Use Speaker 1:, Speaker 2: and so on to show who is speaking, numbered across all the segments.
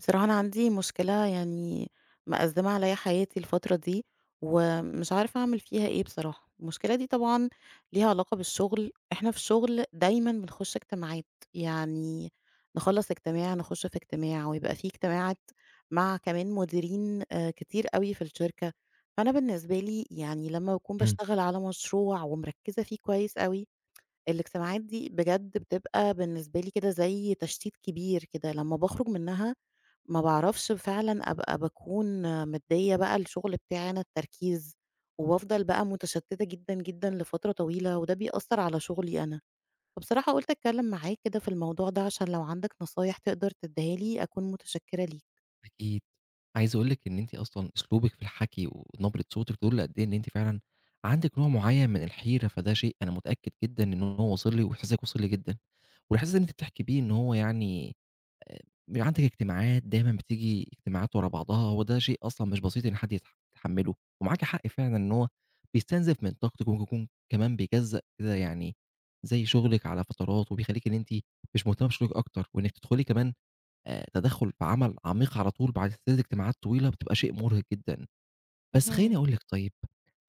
Speaker 1: بصراحة أنا عندي مشكلة مأزمة عليا حياتي الفترة دي ومش عارفة أعمل فيها إيه. بصراحة المشكلة دي طبعا ليها علاقة بالشغل. إحنا في الشغل دايما بنخش اجتماعات، يعني نخلص اجتماع نخش في اجتماع ويبقى في اجتماعات مع كمان مديرين آه، كتير قوي في الشركة. فأنا بالنسبة لي يعني لما بكون
Speaker 2: إمم،
Speaker 1: بشتغل على مشروع ومركزة فيه كويس قوي، الاجتماعات دي بجد بتبقى بالنسبة لي كده زي تشتيت كبير كده. لمّا باخرج منها ما باعرفش فعلًا أبقى باكون مدّية بقى الشغل بتاعي أنا التركيز، وبافضل بقى متشتتة جدًا، جدًا لفترة طويلة، وده بيأثّر على شغلي أنا. فبصراحة قُلت أتكلم معاك كده في الموضوع ده عشان لو عندك نصايح تقدر تدّيها لي أكون متشكرة ليك.
Speaker 2: أكيد. عايز أقول لِك إن أنتِ أصلًا أسلوبِك في الحكي ونبرة صوتِك دول قد إيه إن أنتِ فعلًا عندِك نوع معيّن من الحيرة، فده شيء أنا متأكد جدًا إن هو واصل لي وإحساسِك واصل لي جدًا، والإحساس اللي أنتِ بتحكي بيه إن هو يعني آآ، بيبقى عندِك اجتماعات دايمًا بتيجي اجتماعات ورا بعضها، وده شيء أصلًا مش بسيط إن حد يتحمّله، ومعاكِ حق فعلًا إن هو بيستنزف من طاقتِك وممكن يكون كمان بيجزّأ كده يعني زي شغلِك على فترات، وبيخلّيكِ إن أنتِ مش مهتمة بشغلِك أكتر، وإنِّك تدخلي كمان تدخُّل في عمل عميق على طول بعد 3 اجتماعات طويلة، بتبقى شيء مُرهق جدًا. بس خلّيني
Speaker 1: اهم.
Speaker 2: أقول لِك طيب،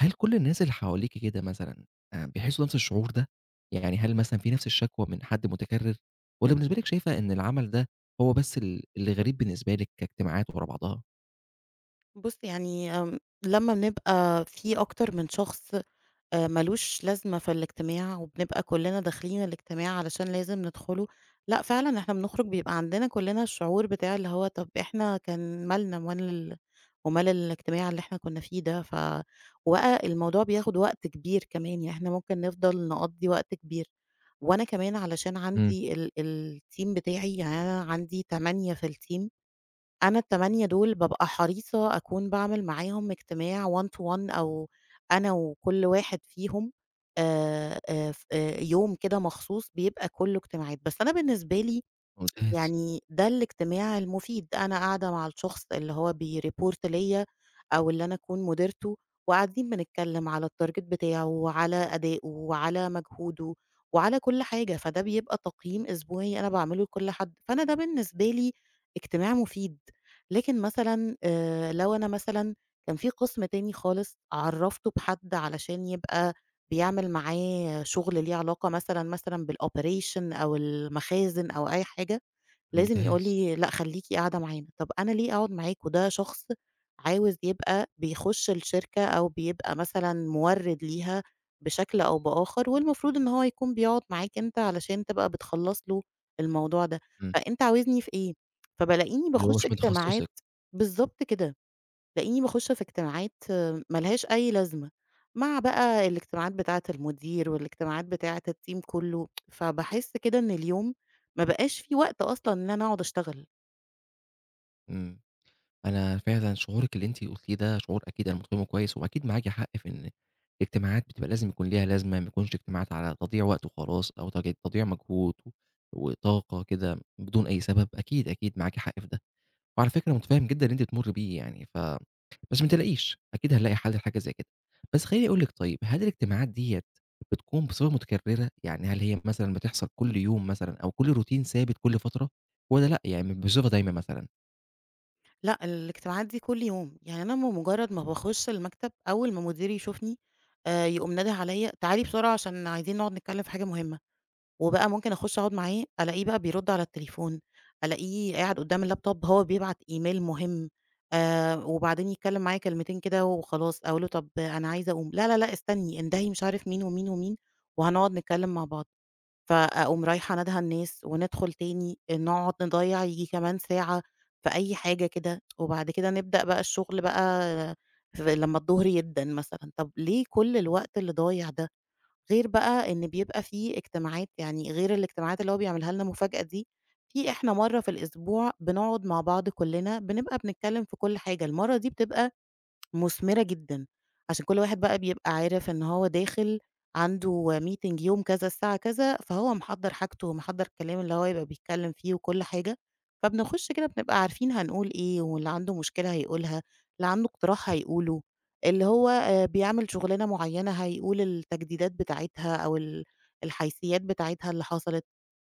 Speaker 2: هل كل الناس اللي حواليكِ كده مثلًا بيحسّوا نفس الشعور ده؟ يعني هل مثلًا في نفس الشكوى من حد متكرر؟ والّا بالنسبة لِك شايفة إن العمل ده هو بس اللي غريب بالنسبة لِك كاجتماعات ورا بعضها؟
Speaker 1: بُص يعني لمّا بنبقى في أكتر من شخص ما لوش لازمة في الاجتماع، وبنبقى كلنا داخلين الاجتماع علشان لازم ندخله، لأ فعلًا إحنا بنخرج بيبقى عندنا كلنا الشعور بتاع اللي هو طب إحنا كان مالنا ومال الاجتماع اللي إحنا كنا فيه ده، ف وبقى الموضوع بياخد وقت كبير كمان، يعني إحنا ممكن نفضل نقضّي وقت كبير. وأنا كمان علشان
Speaker 2: إمم.
Speaker 1: عندي الteam بتاعي، يعني أنا عندي 8 في الteam. أنا ال8 دول بابقى حريصة أكون باعمل معاهم اجتماع one to one أو أنا وكل واحد فيهم. ف يوم كده مخصوص بيبقى كُلّه اجتماعات، بس أنا بالنسبة لي
Speaker 2: ممتاز،
Speaker 1: يعني ده الاجتماع المفيد. أنا قاعدة مع الشخص اللي هو بيreport ليّا أو اللي أنا أكون مديرته، وقاعدين بنتكلّم على الtarget بتاعه وعلى أدائه وعلى مجهوده وعلى كل حاجة، فده بيبقى تقييم أسبوعي أنا باعمله لكل حد، فأنا ده بالنسبة لي اجتماع مفيد. لكن مثلًا لو أنا مثلًا كان في قسم تاني خالص عرّفته بحد علشان يبقى بيعمل معاه شغل ليه علاقة مثلًا، مثلًا بالoperation أو المخازن أو أي حاجة، لازم يقول
Speaker 2: ممتاز.
Speaker 1: لي لأ خلّيكِ قاعدة معانا. طب أنا ليه أقعد معاك؟ وده شخص عاوز يبقى بيخش الشركة أو بيبقى مثلًا مورِّد ليها بشكل أو بآخر، والمفروض إن هو يكون بيقعد معاك أنت علشان تبقى بتخلّص له الموضوع ده.
Speaker 2: إمم.
Speaker 1: فأنت عاوزني في إيه؟ فبالاقيني
Speaker 2: اللي هو
Speaker 1: باخش
Speaker 2: مش من
Speaker 1: اجتماعات.
Speaker 2: تخصصِك.
Speaker 1: بالضبط كده. تلاقيني باخش في اجتماعات ما لهاش أي لازمة، مع بقى الاجتماعات بتاعة المدير والاجتماعات بتاعة الteam كله، فباحس كده إن اليوم ما بقاش في وقت أصلًا إن أنا أقعد أشتغل.
Speaker 2: إمم. أنا فعلًا شعورِك اللي أنتِ قلتيه ده شعور أكيد أنا متفهمه كويس، وأكيد معاكِ حق في إن الاجتماعات بتبقى لازم يكون ليها لازمة، ما يكونش اجتماعات على تضييع وقت وخلاص أو تضييع مجهود وطاقة كده بدون أي سبب، أكيد، أكيد معاكِ حق في ده. وعلى فكرة متفهم جدًا اللي أنتِ بتمُرّي بيه يعني ف بس ما تقلقيش، أكيد هنلاقي حل لحاجة زي كده. بس خلّيني أقول لِك طيب، هل الاجتماعات ديّة بتكون بصفة متكررة؟ يعني هل هي مثلًا بتحصل كل يوم مثلًا أو كل روتين ثابت كل فترة والّا لأ، يعني بصفة دايمة مثلًا؟
Speaker 1: لأ الاجتماعات دي كل يوم، يعني أنا بمجرد ما باخش المكتب أول ما مديري يشوفني يقوم نادِه عليَّ تعالي بسرعة عشان عايزين نقعد نتكلم في حاجة مهمة. وبقى ممكن أخش أقعد معاه، ألاقيه بقى بيرد على التليفون، ألاقيه قاعد قدّام اللابتوب هو بيبعت إيميل مهم، وبعدين يتكلم معايا كلمتين كده وخلاص، أقول له طب أنا عايز أقوم، لا، لا، لأ، استني اندهي مش عارف مين ومين ومين، وهنقعد نتكلم مع بعض، فأقوم رايحة نادهة الناس وندخل تاني، نقعد نضيّع ييجي كمان ساعة في أي حاجة كده، وبعد كده نبدأ بقى الشغل بقى. ف لمّا الضهر يدَّن مثلًا، طب ليه كل الوقت اللي ضايع ده؟ غير بقى إن بيبقى في اجتماعات، يعني غير الاجتماعات اللي هو بيعملها لنا مفاجأة دي، في إحنا مرّة في الأسبوع بنقعد مع بعض كُلّنا بنبقى بنتكلّم في كل حاجة، المرّة دي بتبقى مثمرة جدًا، عشان كل واحد بقى بيبقى عارف إن هو داخل عنده meeting يوم كذا الساعة كذا، فهو محضّر حاجته ومحضّر الكلام اللي هو هيبقى بيتكلّم فيه وكل حاجة، فبنخش كده بنبقى عارفين هنقول إيه، واللي عنده مشكلة هيقولها، اللي عنده اقتراح هيقوله، اللي هو بيعمل شُغلانة معيّنة هيقول التجديدات بتاعتها أو ال الحيثيات بتاعتها اللي حصلت.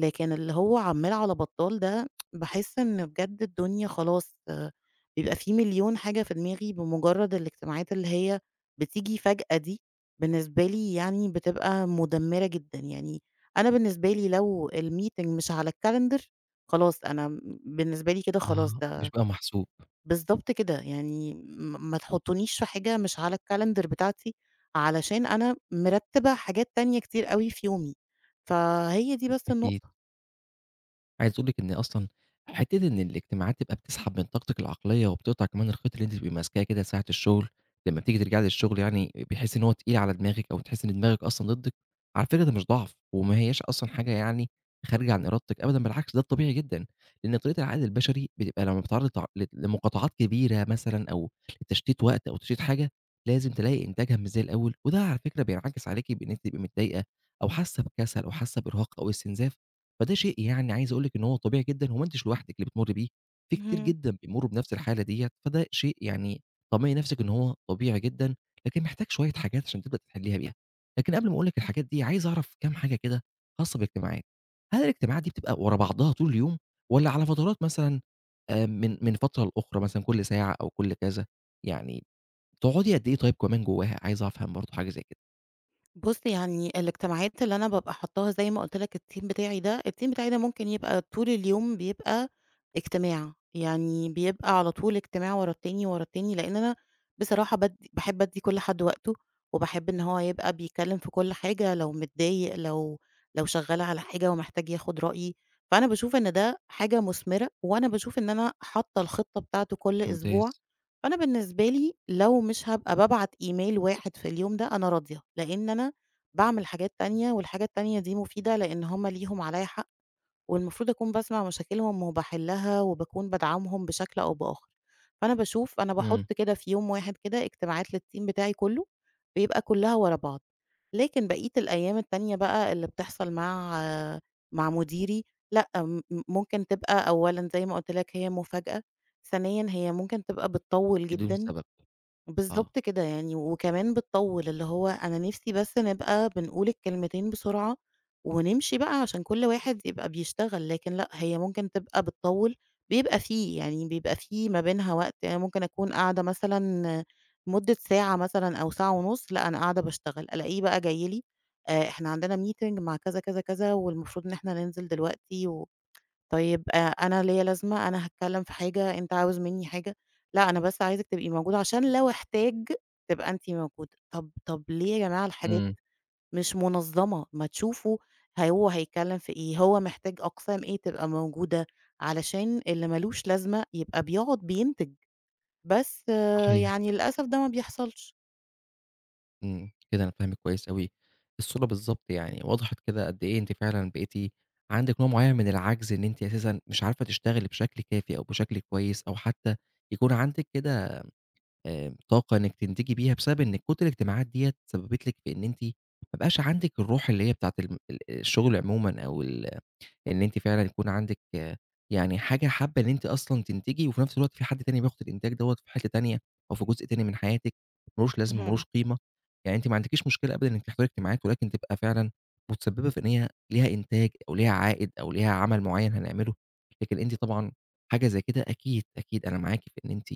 Speaker 1: لكن اللي هو عمّال على بطّال ده باحس إن بجد الدنيا خلاص بيبقى في مليون حاجة في دماغي بمجرد الاجتماعات اللي هي بتيجي فجأة دي. بالنسبة لي يعني بتبقى مدمرة جدًا. يعني أنا بالنسبة لي لو الmeeting مش على الcalendar خلاص أنا م بالنسبة لي كده خلاص
Speaker 2: آه، مش
Speaker 1: ده
Speaker 2: بقى محسوب،
Speaker 1: بالضبط كده. يعني ما تحطنيش في حاجة مش على الcalendar بتاعتي، علشان أنا مرتبة حاجات تانية كتير أوي في يومي، فهي دي بس
Speaker 2: أكيد.
Speaker 1: النقطة.
Speaker 2: عايز اقول لِك إن أصلًا حتّة إن الاجتماعات تبقى بتسحب من طاقتِك العقلية وبتقطع كمان الخيط اللي أنتِ بتبقي ماسكاه كده ساعة الشغل، لمّا بتيجي ترجعي للشغل يعني بتحسّي إن هو تقيل على دماغِك أو تحسّي إن دماغِك أصلًا ضدِك، على فكرة ده مش ضعف وما هياش أصلًا حاجة يعني خارجة عن إرادتِك أبدًا بالعكس ده الطبيعي جدًا، لإن طريقة العقل البشري بتبقى لمّا بتتعرّض تع ل لمقاطعات كبيرة مثلًا أو لتشتيت وقت أو تشتيت حاجة، لازم تلاقي إنتاجها مش زي الأول، وده على فكرة بينعكس عليكِ بإن أنتِ تبقي متضايقة أو حاسة بكسل أو حاسة بإرهاق أو استنزاف. فده شيء يعني عايز أقول لِك إن هو طبيعي جدًا وما أنتيش لوحدِك اللي بتمُرّي بيه، في كتير جدًا بيمُرّوا بنفس الحالة ديّة، فده شيء يعني طمني نفسِك إن هو طبيعي جدًا، لكن محتاج شوية حاجات عشان تبدأ تحلّيها بيها. لكن قبل ما أقول لِك الحاجات دي، عايز أعرف كام حاجة كده خاصة بالاجتماعات. هل الاجتماعات دي بتبقى ورا بعضها طول اليوم والّا على فترات مثلًا من فترة لأخرى مثلًا كل ساعة أو كل كذا؟ يعني بتقعدي قد إيه طيب كمان جواها؟ عايز أفهم برضه حاجة زي كده.
Speaker 1: بُص، يعني الاجتماعات اللي أنا بابقى حاطاها زي ما قُلت لك الteam بتاعي ده، الteam بتاعي ده ممكن يبقى طول اليوم بيبقى اجتماع، يعني بيبقى على طول اجتماع ورا التاني، ورا التاني، لإن أنا بصراحة بادّي باحب أدّي كل حد وقته، وباحب إن هو يبقى بيتكلم في كل حاجة، لو متضايق، لو شغّال على حاجة ومحتاج ياخد رأيي، فأنا باشوف إن ده حاجة مثمرة، وأنا باشوف إن أنا حاطة الخطة بتاعته كل أسبوع.
Speaker 2: ممتاز.
Speaker 1: فأنا بالنسبة لي لو مش هابقى بابعت إيميل واحد في اليوم ده أنا راضية، لإن أنا باعمل حاجات تانية والحاجة التانية دي مفيدة لإن هم ليهم عليَّ حق والمفروض أكون باسمع مشاكلهم وباحلّها وباكون بادعمهم بشكل أو بآخر. فأنا باشوف أنا
Speaker 2: إمم.
Speaker 1: باحُط كده في يوم واحد كده اجتماعات للteam بتاعي كُلّه، بيبقى كُلّها ورا بعض. لكن بقية الأيام التانية بقى اللي بتحصل مع مديري لأ، ممكن تبقى أولًا زي ما قُلت لك هي مفاجأة، ثانيًا هي ممكن تبقى بتطوِّل
Speaker 2: بدون
Speaker 1: جدًا.
Speaker 2: سبب. آه.
Speaker 1: بالضبط كده يعني، وكمان بتطوّل، اللي هو أنا نِفْسي بس نبقى بنقول الكلمتين بسرعة ونمشي بقى عشان كل واحد يبقى بيشتغل، لكن لأ، هي ممكن تبقى بتطوّل، بيبقى في ما بينها وقت، يعني ممكن أكون قاعدة مثلًا مدة ساعة مثلًا أو ساعة ونُص، لأ أنا قاعدة باشتغل، ألاقيه بقى جاي لي إحنا عندنا meeting مع كذا، كذا، كذا والمفروض إن إحنا ننزل دلوقتي و طيب أنا ليّا لازمة، أنا هاتكلّم في حاجة، أنت عاوز منّي حاجة، لأ أنا بس عايزِك تبقي موجودة عشان لو احتاج تبقى أنتِ موجودة. طب ليه يا جماعة الحاجات
Speaker 2: إمم.
Speaker 1: مش منظّمة، ما تشوفوا هو هيتكلّم في إيه، هو محتاج أقسام إيه تبقى موجودة، علشان اللي ما لوش لازمة يبقى بيقعد بينتج، بس آه،
Speaker 2: صحيح.
Speaker 1: يعني للأسف ده ما بيحصلش.
Speaker 2: إمم، كده أنا فاهمِك كويس أوي، الصورة بالضبط يعني وضحت كده قد إيه أنتِ فعلًا بقيتِ عندِك نوع معيّن من العجز، إن أنتِ أساسًا مش عارفة تشتغلي بشكل كافي أو بشكل كويس، أو حتى يكون عندِك كده طاقة إنِّك تنتجي بيها، بسبب إن كتر الاجتماعات ديّة سببت لِك في إن أنتِ ما بقاش عندِك الروح اللي هي بتاعة الم ال الشغل عمومًا أو إن أنتِ فعلًا يكون عندِك آه، يعني حاجة حابة إن أنتِ أصلًا تنتجي، وفي نفس الوقت في حد تاني بياخد الإنتاج دوّة في حتّة تانية أو في جزء تاني من حياتِك، مالوش لازمة، مالوش
Speaker 1: اهم.
Speaker 2: قيمة. يعني أنتِ ما عندكيش مشكلة أبدًا إنِّك تحضري اجتماعات، ولكن تبقى فعلًا متسببة في إن هي ليها إنتاج أو ليها عائد أو ليها عمل معيّن هنعمله. لكن أنتِ طبعًا حاجة زي كده أكيد، أكيد أنا معاكِ في إن أنتِ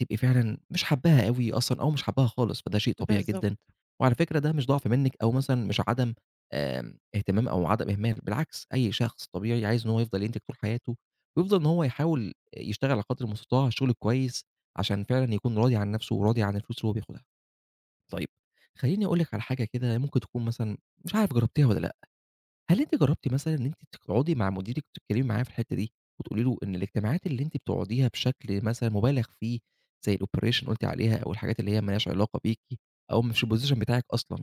Speaker 2: تبقي فعلًا مش حاباها أوي أصلًا أو مش حاباها خالص، فده شيء طبيعي
Speaker 1: بالضبط.
Speaker 2: جدًا، وعلى فكرة ده مش ضعف منِّك أو مثلًا مش عدم اهتمام أو عدم إهمال، بالعكس أي شخص طبيعي عايز إن هو يفضل ينتج طول حياته، ويفضل إن هو يحاول يشتغل على قدر المستطاع الشغل الكويس، عشان فعلًا يكون راضي عن نفسه وراضي عن الفلوس اللي هو بياخدها. طيب خلّيني أقول لِك على حاجة كده ممكن تكون مثلًا مش عارف جربتيها والّا لأ. هل أنتِ جرّبتِ مثلًا إن أنتِ تقعدي مع مديرِك تتكلمي معاه في الحتّة دي، وتقولي له إن الاجتماعات اللي أنتِ بتقعديها بشكل مثلًا مبالغ فيه، زي الoperation قُلتِ عليها أو الحاجات اللي هي ما لهاش علاقة بيكِ أو مش الposition بتاعِك أصلًا،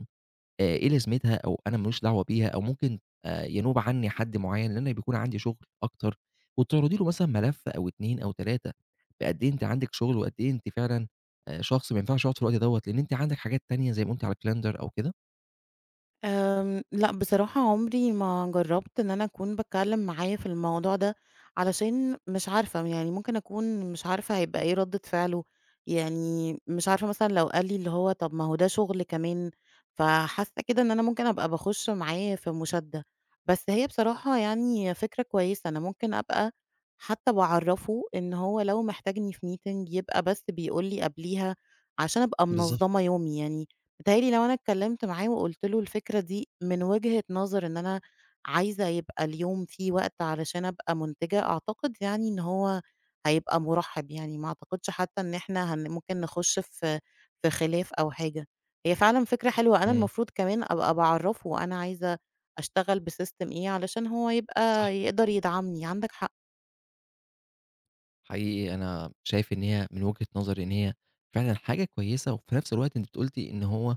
Speaker 2: إيه لازمتها أو أنا ما ليش دعوة بيها أو ممكن ينوب عني حد معيّن، لإن أنا بيكون عندي شغل أكتر، وتعرضي له مثلًا ملف أو 2 أو 3 بقد إيه أنتِ عندِك شغل وقد إيه أنتِ فعلًا شخص ما ينفعش يقعد في الوقت دوّة، لإن أنتِ عندك حاجات تانية زي ما قُلتِ على الcalendar أو كده؟
Speaker 1: لأ بصراحة عمري ما جرّبت إن أنا أكون باتكلّم معاه في الموضوع ده، علشان مش عارفة يعني ممكن أكون مش عارفة هيبقى إيه ردّة فعله، يعني مش عارفة مثلًا لو قال لي اللي هو طَب ما هو ده شغل كمان، فحاسة كده إن أنا ممكن أبقى باخُش معاه في مشادّة. بس هي بصراحة يعني فكرة كويسة، أنا ممكن أبقى حتى باعرّفه إن هو لو محتاجني في meeting يبقى بس بيقول لي قبليها، عشان أبقى
Speaker 2: بالضبط،
Speaker 1: منظّمة يومي يعني. بيتهيأ لي لو أنا اتكلمت معاه وقُلت له الفكرة دي من وجهة نظر إن أنا عايزة يبقى اليوم فيه وقت علشان أبقى مُنتِجة، أعتقد يعني إن هو هيبقى مُرحِّب يعني، ما أعتقدش حتى إن إحنا ممكن نخُش في خلاف أو حاجة. هي فعلًا فكرة حلوة، أنا
Speaker 2: إمم،
Speaker 1: المفروض كمان أبقى باعرّفه أنا عايزة أشتغل بsystem إيه علشان هو
Speaker 2: صح.
Speaker 1: يبقى يقدر يدعمني، عندك حق.
Speaker 2: حقيقي أنا شايف إن هي من وجهة نظري إن هي فعلًا حاجة كويسة، وفي نفس الوقت أنتِ قلتِ إن هو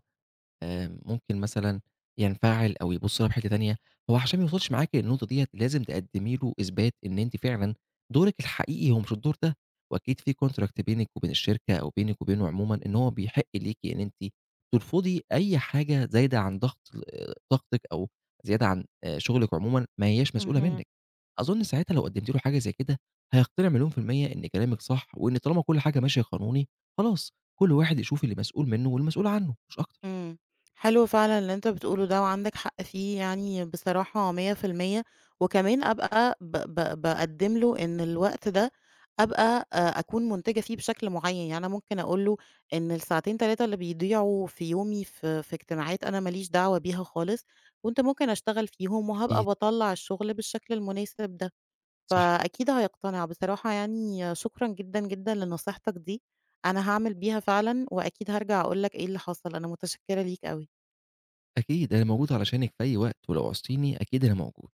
Speaker 2: ممكن مثلًا ينفعل أو يبُص لها بحتّة تانية، هو عشان ما يوصلش معاكِ للنقطة ديّة لازم تقدّمي له إثبات إن أنتِ فعلًا دورِك الحقيقي هو مش الدور ده، وأكيد في contract بينِك وبين الشركة أو بينِك وبينه عمومًا إن هو بيحق ليكِ إن أنتِ ترفضي أي حاجة زايدة عن ضغط طاقتِك أو زيادة عن شغلِك عمومًا ما هياش مسؤولة
Speaker 1: اهم.
Speaker 2: منِّك، أظن ساعتها لو قدّمتِ له حاجة زي كده هيقتنع 100% إن كلامِك صح، وإن طالما كل حاجة ماشية قانوني خلاص كل واحد يشوف اللي مسؤول منه والمسؤول عنه مش أكتر.
Speaker 1: إمم، حلو فعلًا اللي أنت بتقوله ده وعندك حق فيه يعني بصراحة 100%. وكمان أبقى ب ب باقدّم له إن الوقت ده أبقى أكون منتجة فيه بشكل معيّن، يعني أنا ممكن أقول له إن الساعتين 3 اللي بيضيعوا في يومي في اجتماعات أنا ما ليش دعوة بيها خالص، وأنت ممكن أشتغل فيهم وهابقى
Speaker 2: أكيد.
Speaker 1: باطلّع الشغل بالشكل المناسب ده.
Speaker 2: صح،
Speaker 1: فأكيد هيقتنع. بصراحة يعني شكرًا جدًا، جدًا لنصيحتك دي، أنا هاعمل بيها فعلًا وأكيد هارجع أقول لك إيه اللي حصل، أنا متشكرة ليك أوي.
Speaker 2: أكيد أنا موجود علشانِك في أي وقت، ولو عوزتيني أكيد أنا موجود.